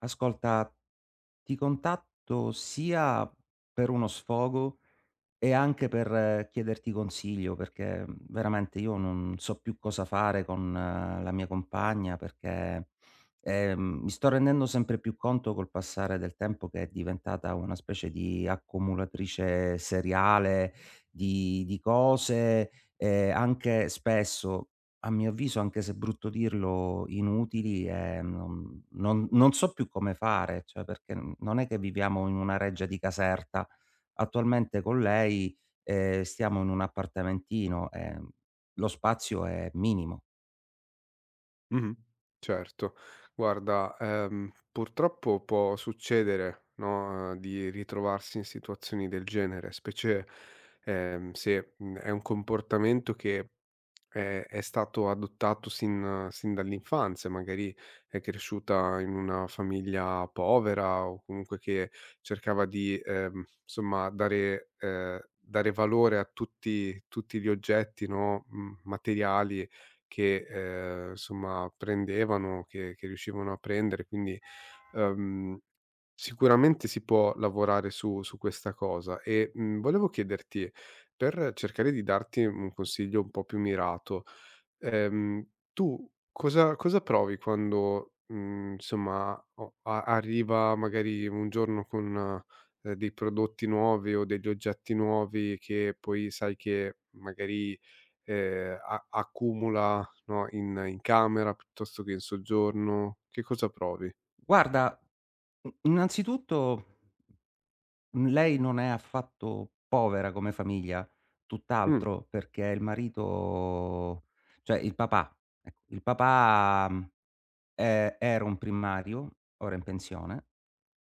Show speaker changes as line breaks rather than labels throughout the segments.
Ascolta, ti contatto sia per uno sfogo e anche per chiederti consiglio, perché, veramente io non so più cosa fare con la mia compagna perché, mi sto rendendo sempre più conto col passare del tempo che è diventata una specie di accumulatrice seriale di cose, anche spesso, a mio avviso, anche se è brutto dirlo, inutili e non so più come fare, cioè perché non è che viviamo in una reggia di Caserta. Attualmente con lei, stiamo in un appartamentino, lo spazio è minimo.
Mh-mh. Certo. Guarda, purtroppo può succedere, no, di ritrovarsi in situazioni del genere, specie, se, è un comportamento che è stato adottato sin dall'infanzia, magari è cresciuta in una famiglia povera o comunque che cercava di, somma dare dare valore a tutti gli oggetti, no, mhmm, materiali che, somma prendevano, che riuscivano a prendere, quindi, ehm, sicuramente si può lavorare su questa cosa. E, mhmm, volevo chiederti per cercare di darti un consiglio un po' più mirato, ehm, tu cosa provi quando, mhmm, insomma o a arriva magari un giorno con, dei prodotti nuovi o degli oggetti nuovi che poi sai che magari, a accumula, no, in camera piuttosto che in soggiorno? Che cosa provi?
Guarda, i innanzitutto, mhmm, lei non è affatto povera come famiglia,
Mh,
tutt'altro, perché il marito, cioè il papà, ecco, il papà, era un primario, ora è in pensione,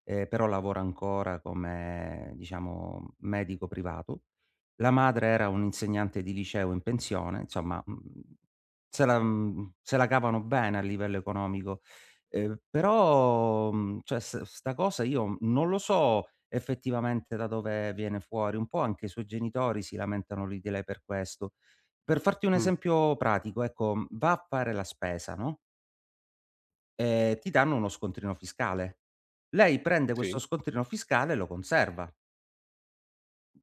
però lavora ancora come, diciamo, medico privato. La madre era un'insegnante di liceo in pensione, insomma, se la cavano bene a livello economico. Però, cioè s sta cosa io non lo so effettivamente da dove viene fuori, un po' anche i suoi genitori si lamentano lì di lei per questo. Per farti un
mh,
esempio pratico, ecco, va a fare la spesa, no? Ti danno uno scontrino fiscale. Lei prende
sì,
questo scontrino fiscale e lo conserva.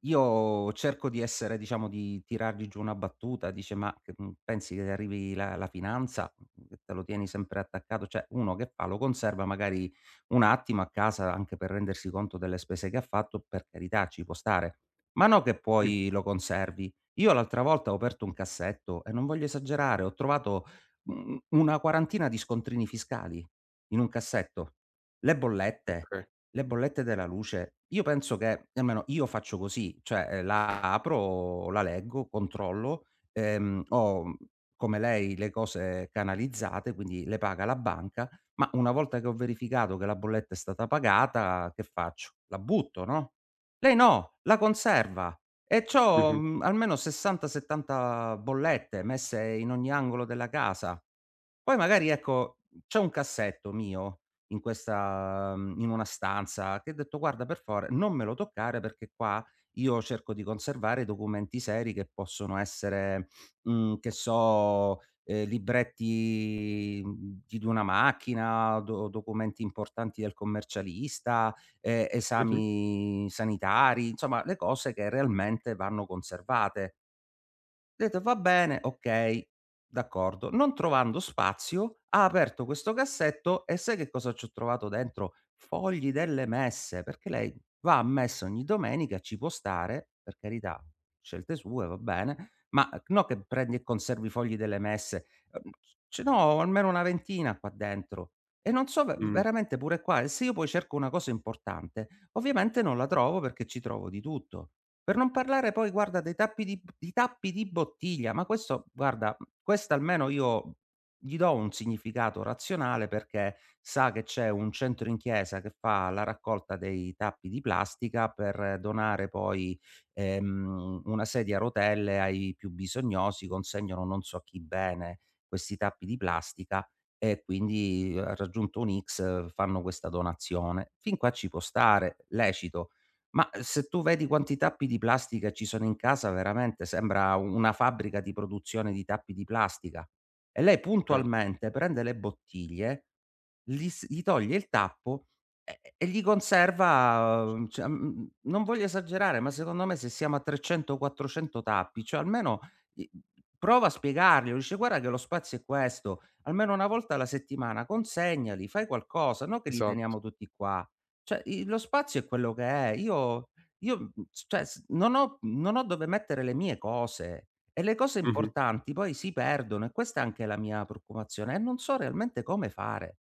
Io cerco di essere, diciamo, di tirargli giù una battuta, dice: "Ma che, pensi che arrivi la finanza, che te lo tieni sempre attaccato?" Cioè, uno che fa? Lo conserva magari un attimo a casa anche per rendersi conto delle spese che ha fatto, per carità, ci può stare, ma no che
mh,
poi lo conservi. Io l'altra volta ho aperto un cassetto e non voglio esagerare, ho trovato, una quarantina di scontrini fiscali in un cassetto. Le bollette
okay.
le bollette della luce, io penso che almeno io faccio così, cioè, la apro, la leggo, controllo, ehm, ho, mhmm, come lei le cose canalizzate, quindi le paga la banca, ma una volta che ho verificato che la bolletta è stata pagata, che faccio? La butto, no? Lei no, la conserva e c'ho,
Mh-mh,
almeno 60, 70 bollette messe in ogni angolo della casa. Poi magari, ecco, c'è un cassetto mio in in una stanza, che ho detto: "Guarda, per favore non me lo toccare perché qua io cerco di conservare i documenti seri che possono essere, che so, libretti, di una macchina, do documenti importanti del commercialista,
mh-mh,
esami sanitari", insomma le cose che realmente vanno conservate. Ho detto: "Va bene, okay, d'accordo". Non trovando spazio, ha aperto questo cassetto e sai che cosa ci ho trovato dentro? Fogli delle messe, perché lei va a messa ogni domenica, ci può stare, per carità, scelte sue, va bene, ma no che prendi e conservi i fogli delle messe. Uhm, Ce n'ho almeno una ventina qua dentro e non so, ve
mh,
veramente pure qua, e se io poi cerco una cosa importante, ovviamente non la trovo perché ci trovo di tutto. Per non parlare poi, guarda, dei tappi di bottiglia. Ma questo, guarda, questa almeno io gli do un significato razionale perché sa che c'è un centro in chiesa che fa la raccolta dei tappi di plastica per donare poi, una sedia a rotelle ai più bisognosi. Consegnano non so a chi, bene, questi tappi di plastica, e quindi ha raggiunto un X fanno questa donazione. Fin qua ci può stare, lecito. Ma se tu vedi quanti tappi di plastica ci sono in casa, veramente sembra una fabbrica di produzione di tappi di plastica. E lei
cer
puntualmente prende le bottiglie, gli toglie il tappo e gli conserva, cioè, non voglio esagerare, ma secondo me se siamo a 300, 400 tappi, cioè almeno i prova a spiegarglielo, dice: "Guarda che lo spazio è questo, almeno una volta alla settimana consegnali, fai qualcosa, no che li
esatto.
teniamo tutti qua." Cioè, i lo spazio è quello che è. Io, mhmm, s cioè s non ho dove mettere le mie cose e le cose
Mh-mh.
importanti poi si perdono, e questa è anche la mia preoccupazione e non so realmente come fare.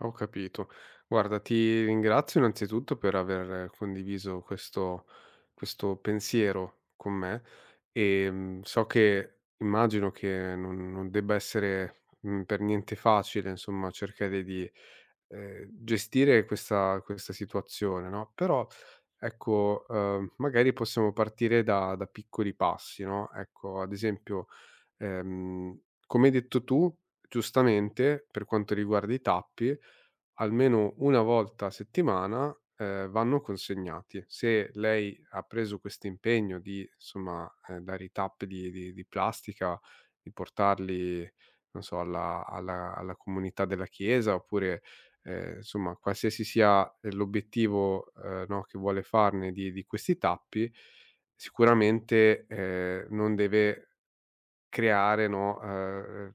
Ho capito. Guarda, ti ringrazio innanzitutto per aver condiviso questo pensiero con me, so che immagino che non debba essere, mhmm, per niente facile, insomma, cercare di, gestire questa situazione, no, però ecco, magari possiamo partire da piccoli passi, no, ecco, ad esempio, ehm, come hai detto tu, giustamente, per quanto riguarda i tappi, almeno 1 volta a settimana, vanno consegnati. Se lei ha preso questo impegno di, insomma, dare i tappi di plastica, di portarli, non so, alla comunità della chiesa, oppure insomma, qualsiasi sia, l'obiettivo, no, che vuole farne di questi tappi, sicuramente, non deve creare, no, ehm,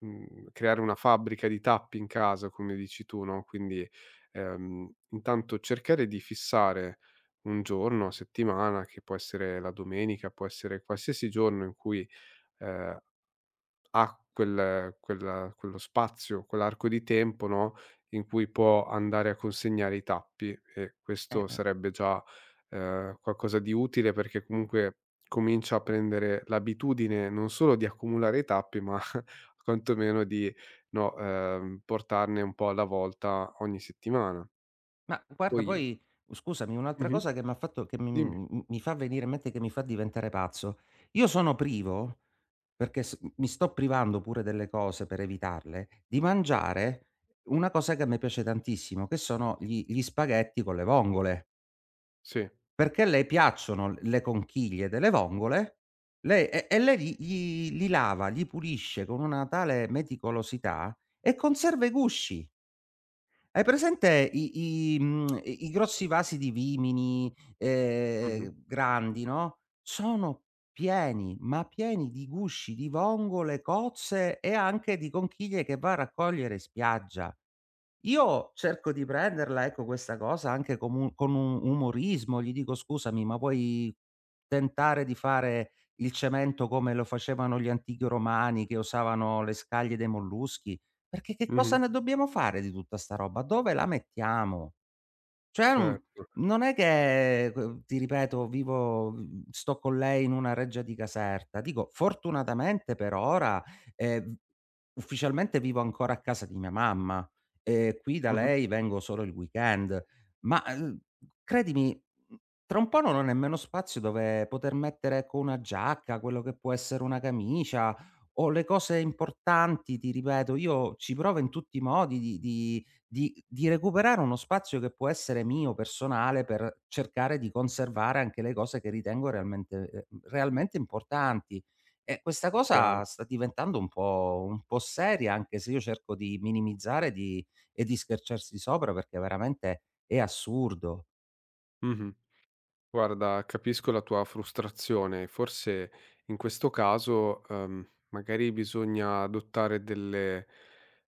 mhmm, creare una fabbrica di tappi in casa, come dici tu, no, quindi, intanto cercare di fissare un giorno a settimana, che può essere la domenica, può essere qualsiasi giorno in cui, ehm ha quello spazio, quell'arco di tempo, no, in cui può andare a consegnare i tappi e questo
Eh,
sarebbe già, qualcosa di utile perché comunque comincia a prendere l'abitudine non solo di accumulare i tappi, ma quantomeno di, no, portarne un po' alla volta ogni settimana.
ma guarda,
Poi
poi scusami, un'altra
mh-mh,
cosa che m'ha fatto che
dimmi.
mi fa venire in mente, che mi fa diventare pazzo: io sono privo, perché s mi sto privando pure delle cose per evitarle, di mangiare una cosa che a me piace tantissimo, che sono gli spaghetti con le vongole.
Sì.
Perché le piacciono le conchiglie delle vongole, lei e lei gli gli li lava, li pulisce con una tale meticolosità e conserva i gusci. Hai presente i i mhmm, i i grossi vasi di vimini,
Mh-mh.
grandi, no, sono pieni, ma pieni di gusci di vongole, cozze e anche di conchiglie che va a raccogliere in spiaggia. Io cerco di prenderla, ecco, questa cosa anche come un con un umorismo, gli dico: "Scusami, ma vuoi tentare di fare il cemento come lo facevano gli antichi romani, che usavano le scaglie dei molluschi? Perché che cosa
Mh-mh.
ne dobbiamo fare di tutta 'sta roba? Dove la mettiamo?" Cioè,
Certo.
non è che q ti ripeto, sto con lei in una reggia di Caserta. Dico, fortunatamente per ora, v ufficialmente vivo ancora a casa di mia mamma, e qui da
Mh-mh.
lei vengo solo il weekend, ma, credimi, mhmm, tra un po' non ho nemmeno spazio dove poter mettere, ecco, una giacca, quello che può essere una camicia o le cose importanti, ti ripeto. Io ci provo in tutti i modi di recuperare uno spazio che può essere mio, personale, per cercare di conservare anche le cose che ritengo realmente realmente importanti. E questa
Chiaro.
cosa sta diventando un po' seria, anche se io cerco di minimizzare di e di scherciarci sopra perché veramente è assurdo.
Mh-mh. Guarda, capisco la tua frustrazione. Forse in questo caso, magari bisogna adottare delle,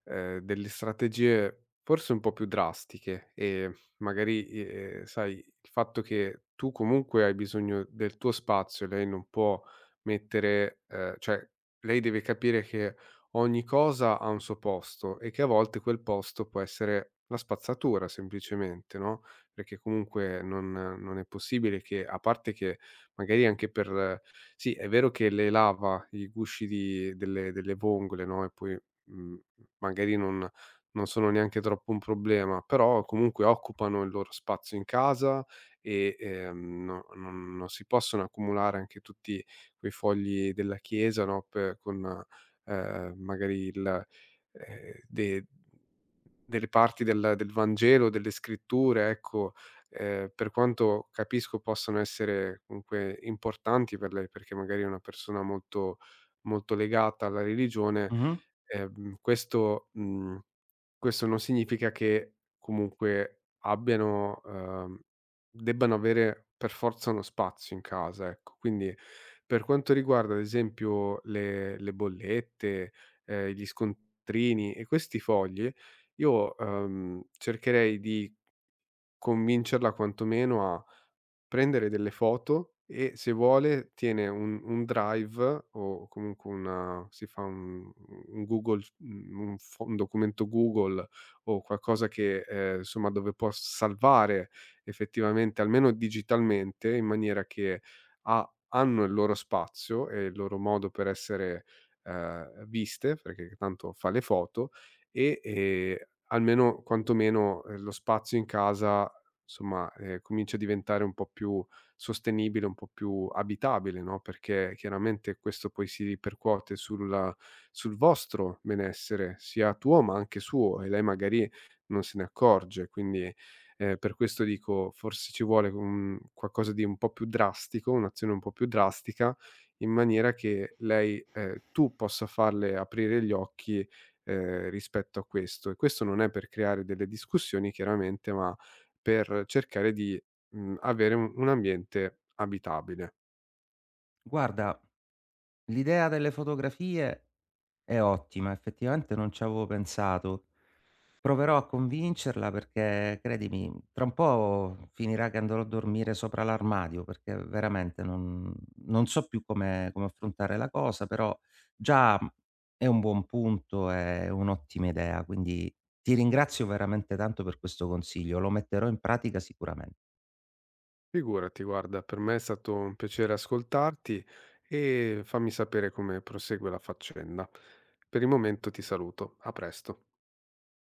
delle strategie forse un po' più drastiche e magari, sai, il fatto che tu comunque hai bisogno del tuo spazio, lei non può mettere, cioè lei deve capire che ogni cosa ha un suo posto e che a volte quel posto può essere la spazzatura semplicemente, no? Perché comunque non è possibile che a parte che magari anche per sì, è vero che le lava i gusci di delle vongole, no, e poi, mhmm, magari non sono neanche troppo un problema, però comunque occupano il loro spazio in casa e, no non si possono accumulare anche tutti quei fogli della chiesa, no, pe con, magari il de delle parti del Vangelo, delle scritture, ecco, per quanto capisco possano essere comunque importanti per lei, perché magari è una persona molto molto legata alla religione,
Mh-mh.
questo, mhmm questo non significa che comunque abbiano debbano avere per forza uno spazio in casa, ecco. Quindi, per quanto riguarda ad esempio le bollette, gli scontrini e questi fogli, io, cercherei di convincerla quantomeno a prendere delle foto e se vuole tiene un drive o comunque una si fa un Google un fo un documento Google o qualcosa che, insomma dove può salvare effettivamente, almeno digitalmente, in maniera che ha hanno il loro spazio e il loro modo per essere, viste, perché tanto fa le foto e, almeno quantomeno, lo spazio in casa insomma, cominci a diventare un po' più sostenibile, un po' più abitabile, no, perché chiaramente questo poi si ripercuote sul vostro benessere, sia tuo ma anche suo, e lei magari non se ne accorge. Quindi, per questo dico, forse ci vuole un qualcosa di un po' più drastico, un'azione un po' più drastica, in maniera che lei tu possa farle aprire gli occhi, rispetto a questo. E questo non è per creare delle discussioni chiaramente, ma per cercare di, mhmm, avere un ambiente abitabile.
Guarda, l'idea delle fotografie è ottima, effettivamente non ci avevo pensato. Proverò a convincerla perché credimi, tra un po' finirà che andrò a dormire sopra l'armadio perché veramente non, non so più come, come affrontare la cosa, però già è un buon punto, è un'ottima idea, quindi ti ringrazio veramente tanto per questo consiglio, lo metterò in pratica sicuramente.
Figurati, guarda, per me è stato un piacere ascoltarti e fammi sapere come prosegue la faccenda. Per il momento ti saluto. A presto.